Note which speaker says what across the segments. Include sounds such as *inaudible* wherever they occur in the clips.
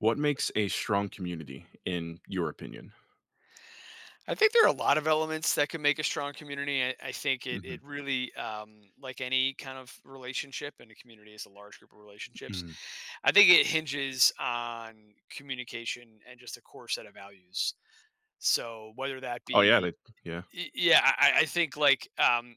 Speaker 1: What makes a strong community in your opinion?
Speaker 2: I think there are a lot of elements that can make a strong community. I think it
Speaker 1: Mhm,
Speaker 2: it really, like any kind of relationship, and a community is a large group of relationships.
Speaker 1: mhm.
Speaker 2: I think it hinges on communication and just a core set of values. So whether that
Speaker 1: Oh, yeah, they
Speaker 2: be—
Speaker 1: yeah.
Speaker 2: yeah, I think like,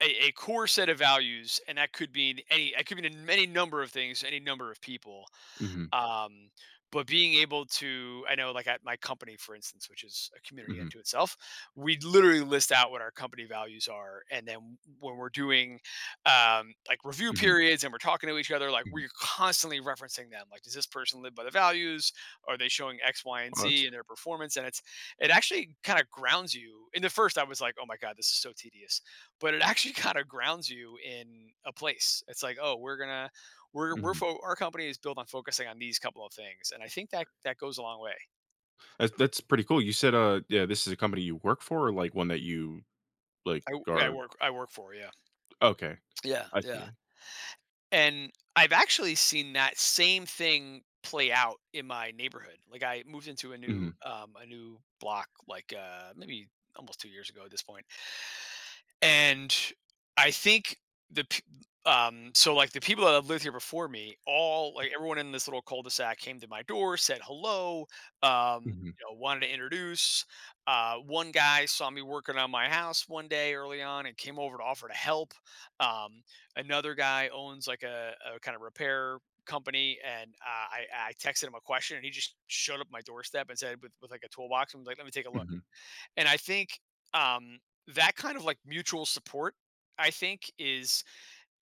Speaker 2: a core set of values, and that could be in any, it could be in many number of things, any number of people,
Speaker 1: Mhm,
Speaker 2: um, but being able to— I know, like at my company for instance, which is a community
Speaker 1: mhm,
Speaker 2: unto itself, we literally list out what our company values are, and then when we're doing, like, review
Speaker 1: mhm,
Speaker 2: periods, and we're talking to each other, like
Speaker 1: mhm.
Speaker 2: we're constantly referencing them, like, does this person live by the values, are they showing x, y, and
Speaker 1: Well,
Speaker 2: z
Speaker 1: that's
Speaker 2: in their performance? And it's— it actually kind of grounds you in the— first I was like, oh my god, this is so tedious, but it actually *laughs* kind of grounds you in a place. It's like, oh, we're gonna—
Speaker 1: mhm.
Speaker 2: our company is built on focusing on these couple of things, and I think that that goes a long way.
Speaker 1: That's pretty cool. You said, yeah, this is a company you work for or, like, one that you, like,
Speaker 2: I I
Speaker 1: are
Speaker 2: work I work for, yeah.
Speaker 1: okay,
Speaker 2: Yeah,
Speaker 1: I
Speaker 2: yeah,
Speaker 1: see.
Speaker 2: and I've actually seen that same thing play out in my neighborhood. Like, I moved into a new—
Speaker 1: Mhm,
Speaker 2: a new block, like, maybe almost 2 years ago at this point. And I think— the so like, the people that have lived here before me, all, like, everyone in this little cul-de-sac came to my door, said hello,
Speaker 1: mhm,
Speaker 2: wanted to introduce. One guy saw me working on my house one day early on and came over to offer to help. Um, Another guy owns like a kind of repair company. And I texted him a question, and he just showed up at my doorstep and said— with, like, a toolbox, and was like, let me take a look.
Speaker 1: mhm.
Speaker 2: And I think, um, that kind of, like, mutual support, I think, is—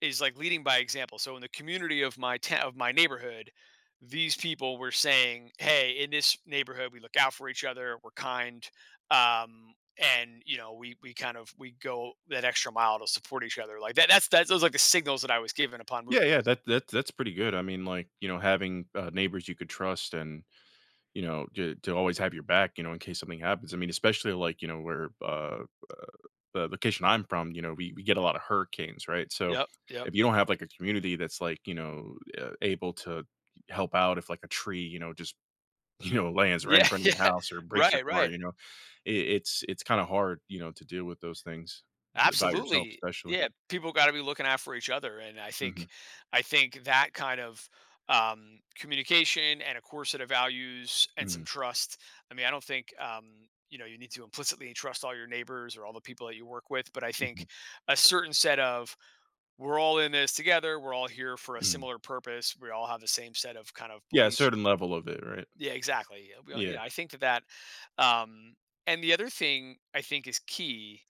Speaker 2: is like leading by example. So in the community of of my neighborhood, these people were saying, "Hey, in this neighborhood, we look out for each other. We're kind, and we kind of we go that extra mile to support each other." Like that. That's— that's those, like, the signals that I was given upon moving.
Speaker 1: Yeah, yeah, that's pretty good. Having, neighbors you could trust and you know, to always have your back, you know, in case something happens. I mean, especially where uh the location I'm from, you know, we get a lot of hurricanes, right? So
Speaker 2: Yep. Yep.
Speaker 1: if you don't have like a community that's like, you know, able to help out if like a tree, you know, just, *laughs* you know, lands right in
Speaker 2: Yeah.
Speaker 1: front
Speaker 2: *laughs*
Speaker 1: of your
Speaker 2: Yeah.
Speaker 1: house or breaks your
Speaker 2: Right.
Speaker 1: car,
Speaker 2: Right.
Speaker 1: you know, it's kind of hard, you know, to deal with those things by yourself,
Speaker 2: Absolutely.
Speaker 1: especially.
Speaker 2: Yeah, people gotta be looking out for each other, and I
Speaker 1: Hmm.
Speaker 2: think— I think that kind of, communication and a core set of values and
Speaker 1: Hmm.
Speaker 2: some trust. I mean, I don't think, you need to implicitly trust all your neighbors or all the people that you work with, but I
Speaker 1: Hmm.
Speaker 2: think a certain set of, "We're all in this together, we're all here for a
Speaker 1: Hmm.
Speaker 2: similar purpose, we all have the same set of kind of
Speaker 1: Yeah. A
Speaker 2: beliefs."
Speaker 1: certain level of it, right?
Speaker 2: Yeah, exactly. We all— you
Speaker 1: Yeah.
Speaker 2: know, I think that that— um and the other thing I think is key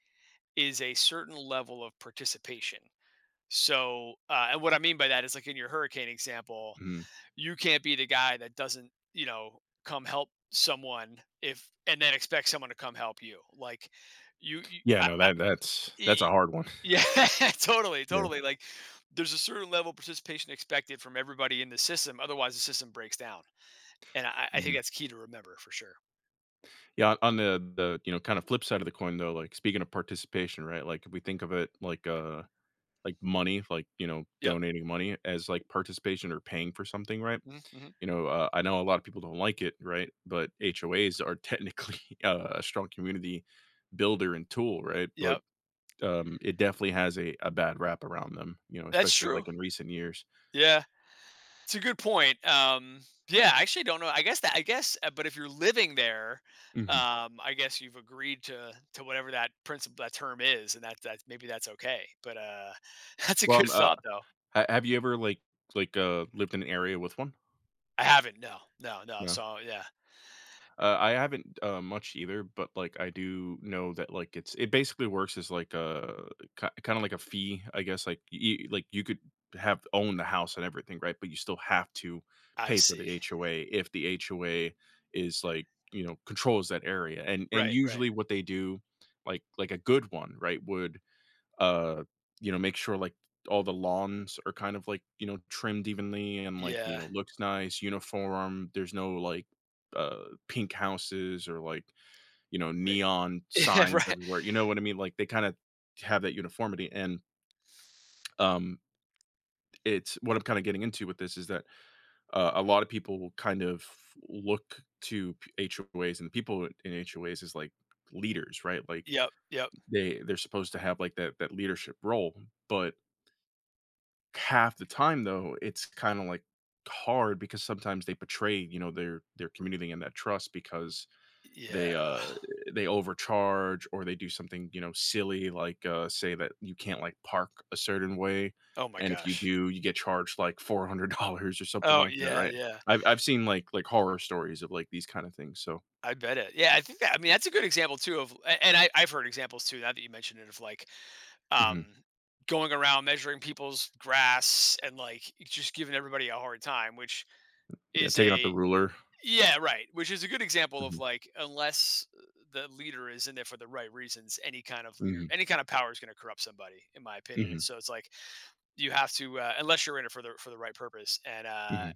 Speaker 2: is a certain level of participation. So, and what I mean by that is, like, in your hurricane example,
Speaker 1: Hmm.
Speaker 2: you can't be the guy that doesn't, come help someone, if and then expect someone to come help you. Like, you—
Speaker 1: Yeah.
Speaker 2: I,
Speaker 1: No,
Speaker 2: I,
Speaker 1: that's a
Speaker 2: e-
Speaker 1: hard one. *laughs*
Speaker 2: yeah, *laughs* totally,
Speaker 1: Yeah.
Speaker 2: totally. Like, there's a certain level of participation expected from everybody in the system. Otherwise, the system breaks down. And I
Speaker 1: Mm-hmm.
Speaker 2: think that's key to remember for sure.
Speaker 1: Yeah, on you know, kind of flip side of the coin though, like speaking of participation, right? Like if we think of it like money, like, you know,
Speaker 2: Yep.
Speaker 1: donating money as like participation or paying for something, right?
Speaker 2: Mm-hmm.
Speaker 1: You know, I know a lot of people don't like it, right? But HOAs are technically *laughs* a strong community builder and tool, right? But
Speaker 2: Yep.
Speaker 1: it definitely has a bad rap around them, you know,
Speaker 2: That's
Speaker 1: especially
Speaker 2: true.
Speaker 1: like in recent years.
Speaker 2: Yeah. It's a good point. Yeah, I actually don't know. I guess that— I guess, but if you're living there,
Speaker 1: Hmm.
Speaker 2: I guess you've agreed to whatever that principle, that term is, and that maybe that's okay. But *laughs* that's a
Speaker 1: Well,
Speaker 2: good thought though.
Speaker 1: have you ever lived in an area with one?
Speaker 2: I haven't. No, no, no.
Speaker 1: Yeah.
Speaker 2: So yeah.
Speaker 1: I haven't, much either, but, like, I do know that, like, it basically works as, like, a kinda like a fee, I guess, like, you could have own the house and everything, right? But you still have to
Speaker 2: I
Speaker 1: pay for the
Speaker 2: see.
Speaker 1: HOA if the HOA is, like, you know, controls that area, and
Speaker 2: Right, right.
Speaker 1: usually what they do, like a good one, right, would uh you know make sure like all the lawns are kind of like you know trimmed evenly and like you
Speaker 2: Yeah,
Speaker 1: know looks nice uniform, there's no like pink houses or like you know
Speaker 2: right.
Speaker 1: neon
Speaker 2: *laughs* Yeah,
Speaker 1: signs
Speaker 2: right.
Speaker 1: everywhere, you know what I mean, like they kind of have that uniformity and um it's what I'm kind of getting into with this is that a lot of people will kind of HOAs and the people in HOAs is like leaders, right, like
Speaker 2: Yep, yep.
Speaker 1: they they're supposed to have like that leadership role. But half the time, though, it's kinda, like, hard because sometimes they betray, you know, their community and that trust because they,
Speaker 2: Yeah.
Speaker 1: uh, they overcharge or they do something, you know, silly, like, say that you can't, like, park a certain way,
Speaker 2: Oh my
Speaker 1: and if you
Speaker 2: gosh.
Speaker 1: do, you get charged, like, $400 or something
Speaker 2: Oh
Speaker 1: like that,
Speaker 2: yeah,
Speaker 1: right?
Speaker 2: yeah.
Speaker 1: I've seen, horror stories of, like, these kinda things, so
Speaker 2: I bet it. Yeah, I think that. I mean, that's a good example too of— and I've heard examples too. Now that you mentioned it, of, like,
Speaker 1: mhm.
Speaker 2: um, going around measuring people's grass and, like, just giving everybody a hard time, which
Speaker 1: Yeah,
Speaker 2: is
Speaker 1: taking out the
Speaker 2: a
Speaker 1: ruler.
Speaker 2: yeah, right, which is a good example of,
Speaker 1: Mhm.
Speaker 2: like, unless the leader is in there for the right reasons, any kind of leader,
Speaker 1: Mhm.
Speaker 2: any kind of power is going to corrupt somebody, in my opinion.
Speaker 1: Mhm.
Speaker 2: And so it's like, you have to— unless you're in it for the right purpose, and
Speaker 1: Mhm.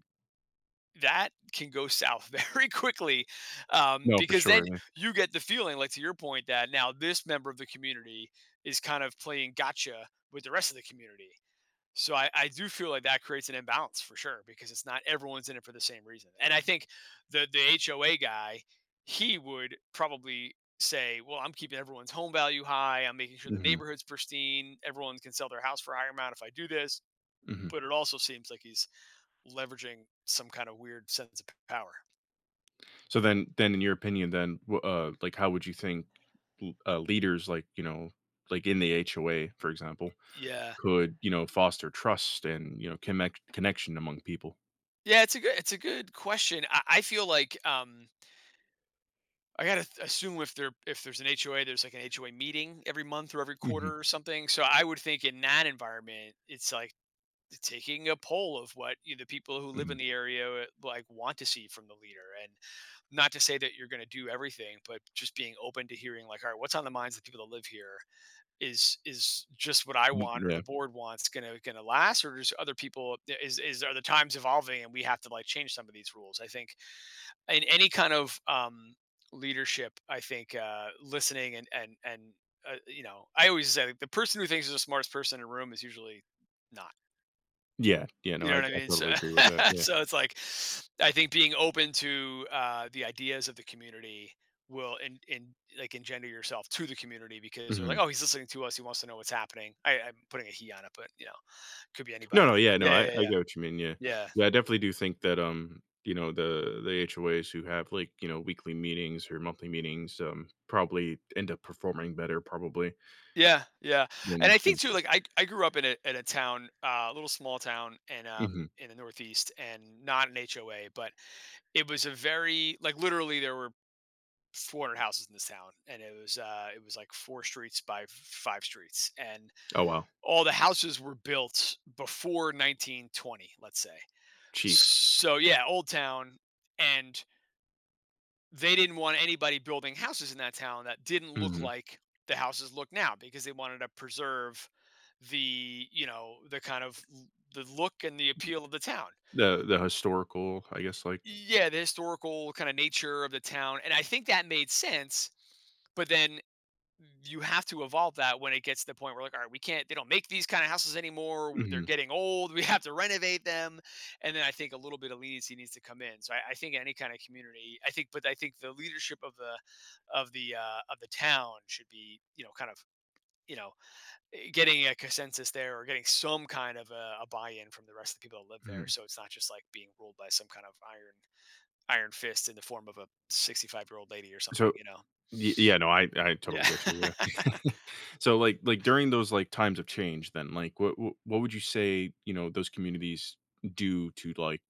Speaker 2: that can go south *laughs* very quickly,
Speaker 1: No, for
Speaker 2: because
Speaker 1: sure,
Speaker 2: then
Speaker 1: yeah.
Speaker 2: you get the feeling, like, to your point, that now this member of the community is kind of playing gotcha with the rest of the community. So I do feel like that creates an imbalance for sure, because it's not everyone's in it for the same reason. And I think the HOA guy, he would probably say, "Well, I'm keeping everyone's home value high. I'm making sure the
Speaker 1: Mhm.
Speaker 2: neighborhood's pristine. Everyone can sell their house for a higher amount if I do this."
Speaker 1: Mhm.
Speaker 2: But it also seems like he's leveraging some kind of weird sense of power.
Speaker 1: So then in your opinion, then like how would you think leaders like you know like in the HOA, for example,
Speaker 2: Yeah,
Speaker 1: could you know foster trust and you know connection among people?
Speaker 2: yeah, it's a good question. I feel like, I gotta assume, if there— if there's an HOA, there's, like, an HOA meeting every month or every
Speaker 1: Hmm.
Speaker 2: quarter or something. So I would think, in that environment, it's like taking a poll of what, the people who live
Speaker 1: Hmm.
Speaker 2: in the area like, want to see from the leader. And not to say that you're going to do everything, but just being open to hearing, like, all right, what's on the minds of the people that live here. Is— is just what I want, or the
Speaker 1: Yeah,
Speaker 2: board wants, gonna— gonna last? Or just other people, is— is are the times evolving, and we have to, like, change some of these rules? I think in any kind of, leadership, I think listening and— and I always say, like, the person who thinks is the smartest person in a room is usually not.
Speaker 1: yeah, yeah. No,
Speaker 2: You
Speaker 1: I,
Speaker 2: know
Speaker 1: I
Speaker 2: what I mean? So,
Speaker 1: totally agree with that.
Speaker 2: *laughs*
Speaker 1: Yeah.
Speaker 2: so it's like, I think being open to, the ideas of the community will— in, like, engender yourself to the community, because they're
Speaker 1: Hmm.
Speaker 2: like, oh, he's listening to us, he wants to know what's happening. I'm putting a "he" on it, but, could be
Speaker 1: No, no,
Speaker 2: anybody.
Speaker 1: yeah,
Speaker 2: Yeah,
Speaker 1: no. I
Speaker 2: yeah,
Speaker 1: I
Speaker 2: yeah,
Speaker 1: get what you mean. Yeah,
Speaker 2: yeah,
Speaker 1: yeah. I definitely do think that you know the HOAs who have like you know weekly meetings or monthly meetings probably end up performing better probably
Speaker 2: yeah, yeah. And
Speaker 1: than
Speaker 2: I
Speaker 1: you.
Speaker 2: think too, like, I grew up in a— in a town, a little small town, and
Speaker 1: Hmm.
Speaker 2: in the Northeast, and not an HOA, but it was a very, like, literally, there were 400 houses in this town, and it was— it was like four streets by five streets, and
Speaker 1: Oh wow,
Speaker 2: all the houses were built before 1920, let's say.
Speaker 1: jeez.
Speaker 2: So yeah, old town. And they didn't want anybody building houses in that town that didn't look
Speaker 1: Mm-hmm.
Speaker 2: like the houses look now, because they wanted to preserve the— the kind of, the look and the appeal of the town.
Speaker 1: The historical, I guess, like
Speaker 2: Yeah, the historical kind of nature of the town. And I think that made sense, but then you have to evolve that when it gets to the point where, like, all right, we can't— they don't make these kind of houses anymore, they're
Speaker 1: mhm,
Speaker 2: getting old. *laughs* We have to renovate them. And then I think a little bit of leniency needs to come in. So I think any kind of community, I think but I think the leadership of the— of the town should be, you know, kind of, you know getting a consensus there, or getting some kind of a buy-in from the rest of the people that live there,
Speaker 1: mhm.
Speaker 2: so it's not just like being ruled by some kind of iron fist in the form of a 65-year-old lady or something,
Speaker 1: So
Speaker 2: you know.
Speaker 1: y- yeah, no, I totally
Speaker 2: Yeah.
Speaker 1: get you,
Speaker 2: *laughs*
Speaker 1: yeah. *laughs* So, during those, like, times of change then, like, what would you say, you know, those communities do to, like,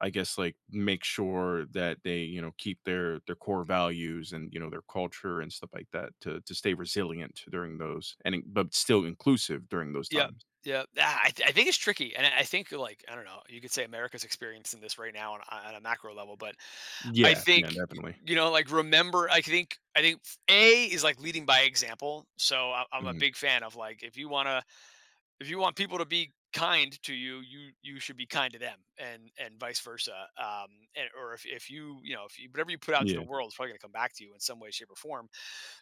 Speaker 1: I guess, like, make sure that they, you know, keep their core values and, you know, their culture and stuff like that to stay resilient during those and in but still inclusive during those
Speaker 2: Yep.
Speaker 1: times?
Speaker 2: Yep. Ah, I think it's tricky, and I think, like, I don't know. You could say America's experiencing this right now on— on a macro level. But I
Speaker 1: Yeah,
Speaker 2: think
Speaker 1: yeah, definitely.
Speaker 2: you know, like, remember, I think— I think A is, like, leading by example. So I'm a
Speaker 1: Mhm.
Speaker 2: big fan of, like, if you wanna— if you want people to be kind to you, you should be kind to them, and vice versa. And or if you you know if you, whatever you put out into the
Speaker 1: Yeah.
Speaker 2: world is probably gonna come back to you in some way, shape, or form.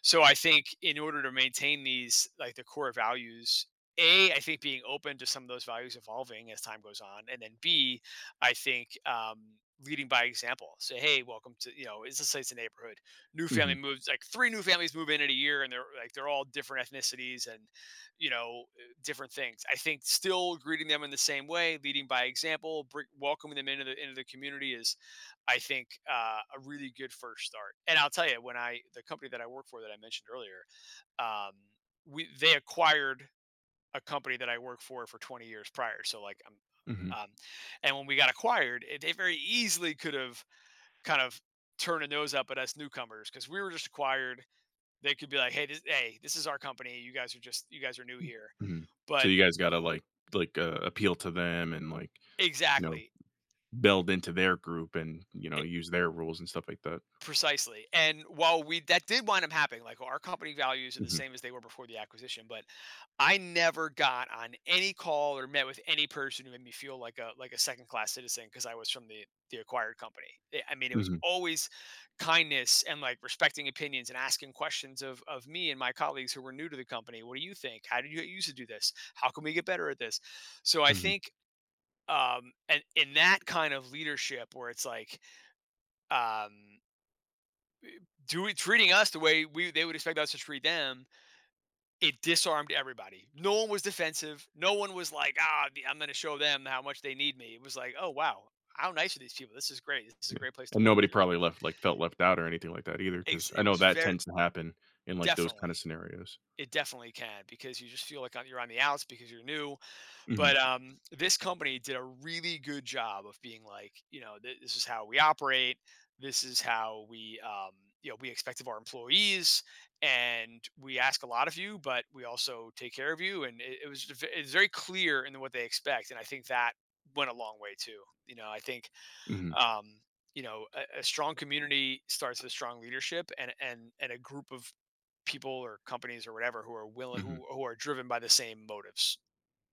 Speaker 2: So I think in order to maintain these like the core values, A, I think being open to some of those values evolving as time goes on, and then B, I think leading by example. Say, hey, welcome to you know, it's just like it's a neighborhood. New
Speaker 1: Mhm,
Speaker 2: family moves like three new families move in a year, and they're all different ethnicities and you know different things. I think still greeting them in the same way, leading by example, welcoming them into the community is I think a really good first start. And I'll tell you, when I the company that I work for that I mentioned earlier, um, we they acquired a company that I worked for 20 years prior. So like I'm,
Speaker 1: mhm.
Speaker 2: and when we got acquired, they very easily could have kind of turned a nose up at us newcomers because we were just acquired. They could be like, hey, hey, this is our company. You guys are new here.
Speaker 1: Mhm. So
Speaker 2: But
Speaker 1: you guys gotta, like, appeal to them and, like, you know,
Speaker 2: exactly.
Speaker 1: build into their group and, you know,
Speaker 2: eh,
Speaker 1: use their rules and stuff like that.
Speaker 2: Precisely, and while we that did wind up happening, like our company values are the
Speaker 1: Mhm.
Speaker 2: same as they were before the acquisition, but I never got on any call or met with any person who made me feel like a second class citizen because I was from the acquired company. I mean, it was
Speaker 1: Mhm.
Speaker 2: always kindness and like respecting opinions and asking questions of me and my colleagues who were new to the company. What do you think? How did you get used to do this? How can we get better at this? So I
Speaker 1: Mhm.
Speaker 2: think and in that kind of leadership where it's like um do treating us the way we they would expect us to treat them, it disarmed everybody. No one was defensive. No one was like, I'm going to show them how much they need me. It was like, oh, wow, how nice are these people? This is great. This is a
Speaker 1: Yeah.
Speaker 2: great place to
Speaker 1: And
Speaker 2: work.
Speaker 1: nobody probably left like, felt left out or anything like that either, because
Speaker 2: Ex-
Speaker 1: I
Speaker 2: it
Speaker 1: know
Speaker 2: was
Speaker 1: that
Speaker 2: very
Speaker 1: tends to happen in, like, those
Speaker 2: definitely,
Speaker 1: kinda scenarios.
Speaker 2: it definitely can because you just feel like you're on the outs because you're new,
Speaker 1: Mhm.
Speaker 2: but this company did a really good job of being like, you know, this is how we operate. This is how we, you know, we expect of our employees, and we ask a lot of you, but we also take care of you. And it's very clear in what they expect, and I think that went a long way too. You know, I think
Speaker 1: Mhm.
Speaker 2: um, you know a strong community starts with strong leadership, and and a group of people or companies or whatever
Speaker 1: Mhm.
Speaker 2: who are driven by the same motives,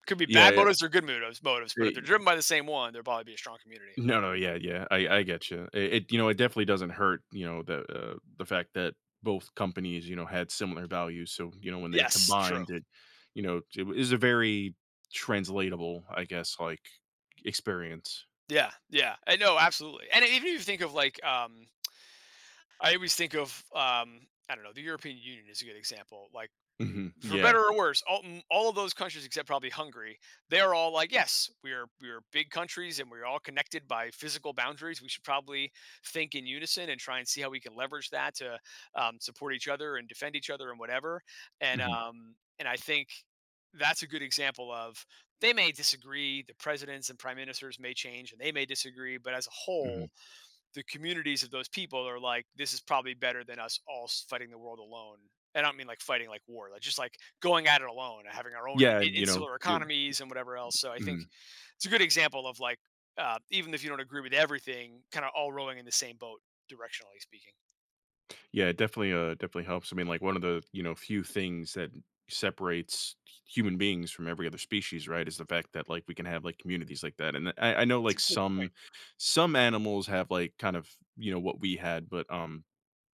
Speaker 2: could be
Speaker 1: Yeah,
Speaker 2: bad
Speaker 1: yeah.
Speaker 2: motives or good motives, motives, but if they're
Speaker 1: Eh,
Speaker 2: driven by the same one, there'll probably be a strong community.
Speaker 1: no, no, yeah, yeah, I
Speaker 2: Yeah.
Speaker 1: get you. It you know, it definitely doesn't hurt, you know, the fact that both companies, you know, had similar values. So, you know, when they
Speaker 2: Yes. True.
Speaker 1: combined it, you know, it is a very translatable, I guess, like experience.
Speaker 2: Yeah. Yeah. I know. Absolutely. And even if you think of like, I always think of, I don't know, the European Union is a good example. Like
Speaker 1: Hmm.
Speaker 2: for
Speaker 1: Yeah.
Speaker 2: better or worse, all of those countries except probably Hungary, they are all like, yes, we are big countries and we're all connected by physical boundaries. We should probably think in unison and try and see how we can leverage that to support each other and defend each other and whatever.
Speaker 1: Hmm.
Speaker 2: And I think that's a good example of they may disagree. The presidents and prime ministers may change and they may disagree, but as a
Speaker 1: Hmm.
Speaker 2: whole, the communities of those people are like, this is probably better than us all fighting the world alone. And I don't mean like fighting like war, like just like going at it alone and having our own
Speaker 1: Yeah, and you know,
Speaker 2: insular
Speaker 1: you-
Speaker 2: economies and whatever else. So I think
Speaker 1: mhm.
Speaker 2: it's a good example of like, even if you don't agree with everything, kind of all rowing in the same boat, directionally speaking.
Speaker 1: Yeah, it definitely definitely helps. I mean, like one of the, you know, few things that separates human beings from every other species, right? Is the fact that like we can have like communities like that. And I know
Speaker 2: It's a
Speaker 1: like
Speaker 2: good point.
Speaker 1: some animals have like kind of, you know, what we had, but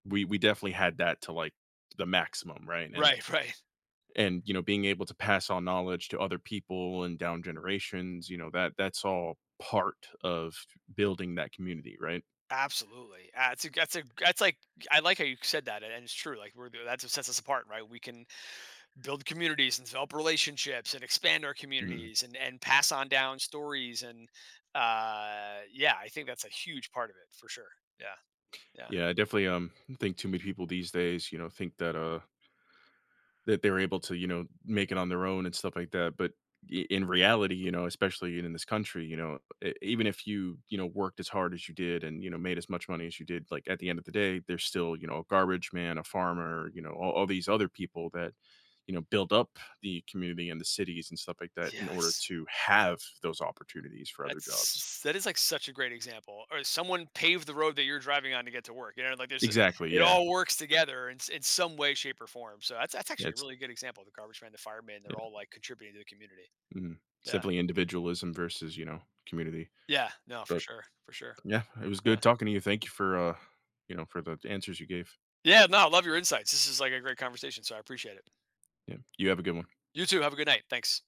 Speaker 1: we definitely had that to like the maximum, right?
Speaker 2: Right, *laughs* right.
Speaker 1: And you know, being able to pass on knowledge to other people and down generations, you know, that that's all part of building that community, right?
Speaker 2: Absolutely. That's like, I like how you said that. And it's true. Like, that's what sets us apart, right? We can build communities and develop relationships and expand our
Speaker 1: Mm-hmm.
Speaker 2: communities and pass on down stories and yeah, I think that's a huge part of it for sure. Yeah. Yeah.
Speaker 1: Yeah, I definitely think too many people these days, you know, think that that they're able to, you know, make it on their own and stuff like that. But in reality, you know, especially in this country, you know, even if you, you know, worked as hard as you did and, you know, made as much money as you did, like at the end of the day, there's still, you know, a garbage man, a farmer, you know, all these other people that, you know, build up the community and the cities and stuff like that in order
Speaker 2: Yes,
Speaker 1: to have those opportunities for other jobs.
Speaker 2: that's that is like such a great example. Or someone paved the road that you're driving on to get to work, you know, like there's
Speaker 1: Exactly.
Speaker 2: it
Speaker 1: Yeah.
Speaker 2: all works together in some way, shape, or form. So that's actually a
Speaker 1: It's,
Speaker 2: really good example. The garbage man, the fireman, they're all like contributing to the community.
Speaker 1: mhm. It's
Speaker 2: Yeah.
Speaker 1: individualism versus, you know, community.
Speaker 2: Yeah, no, for
Speaker 1: But
Speaker 2: sure, for sure.
Speaker 1: yeah, it was
Speaker 2: Yeah.
Speaker 1: good talking to you. Thank you for, you know, for the answers you gave.
Speaker 2: Yeah, no, I love your insights. This is like a great conversation, so I appreciate it.
Speaker 1: Yeah. You have a good one.
Speaker 2: You too. Have a good night. Thanks.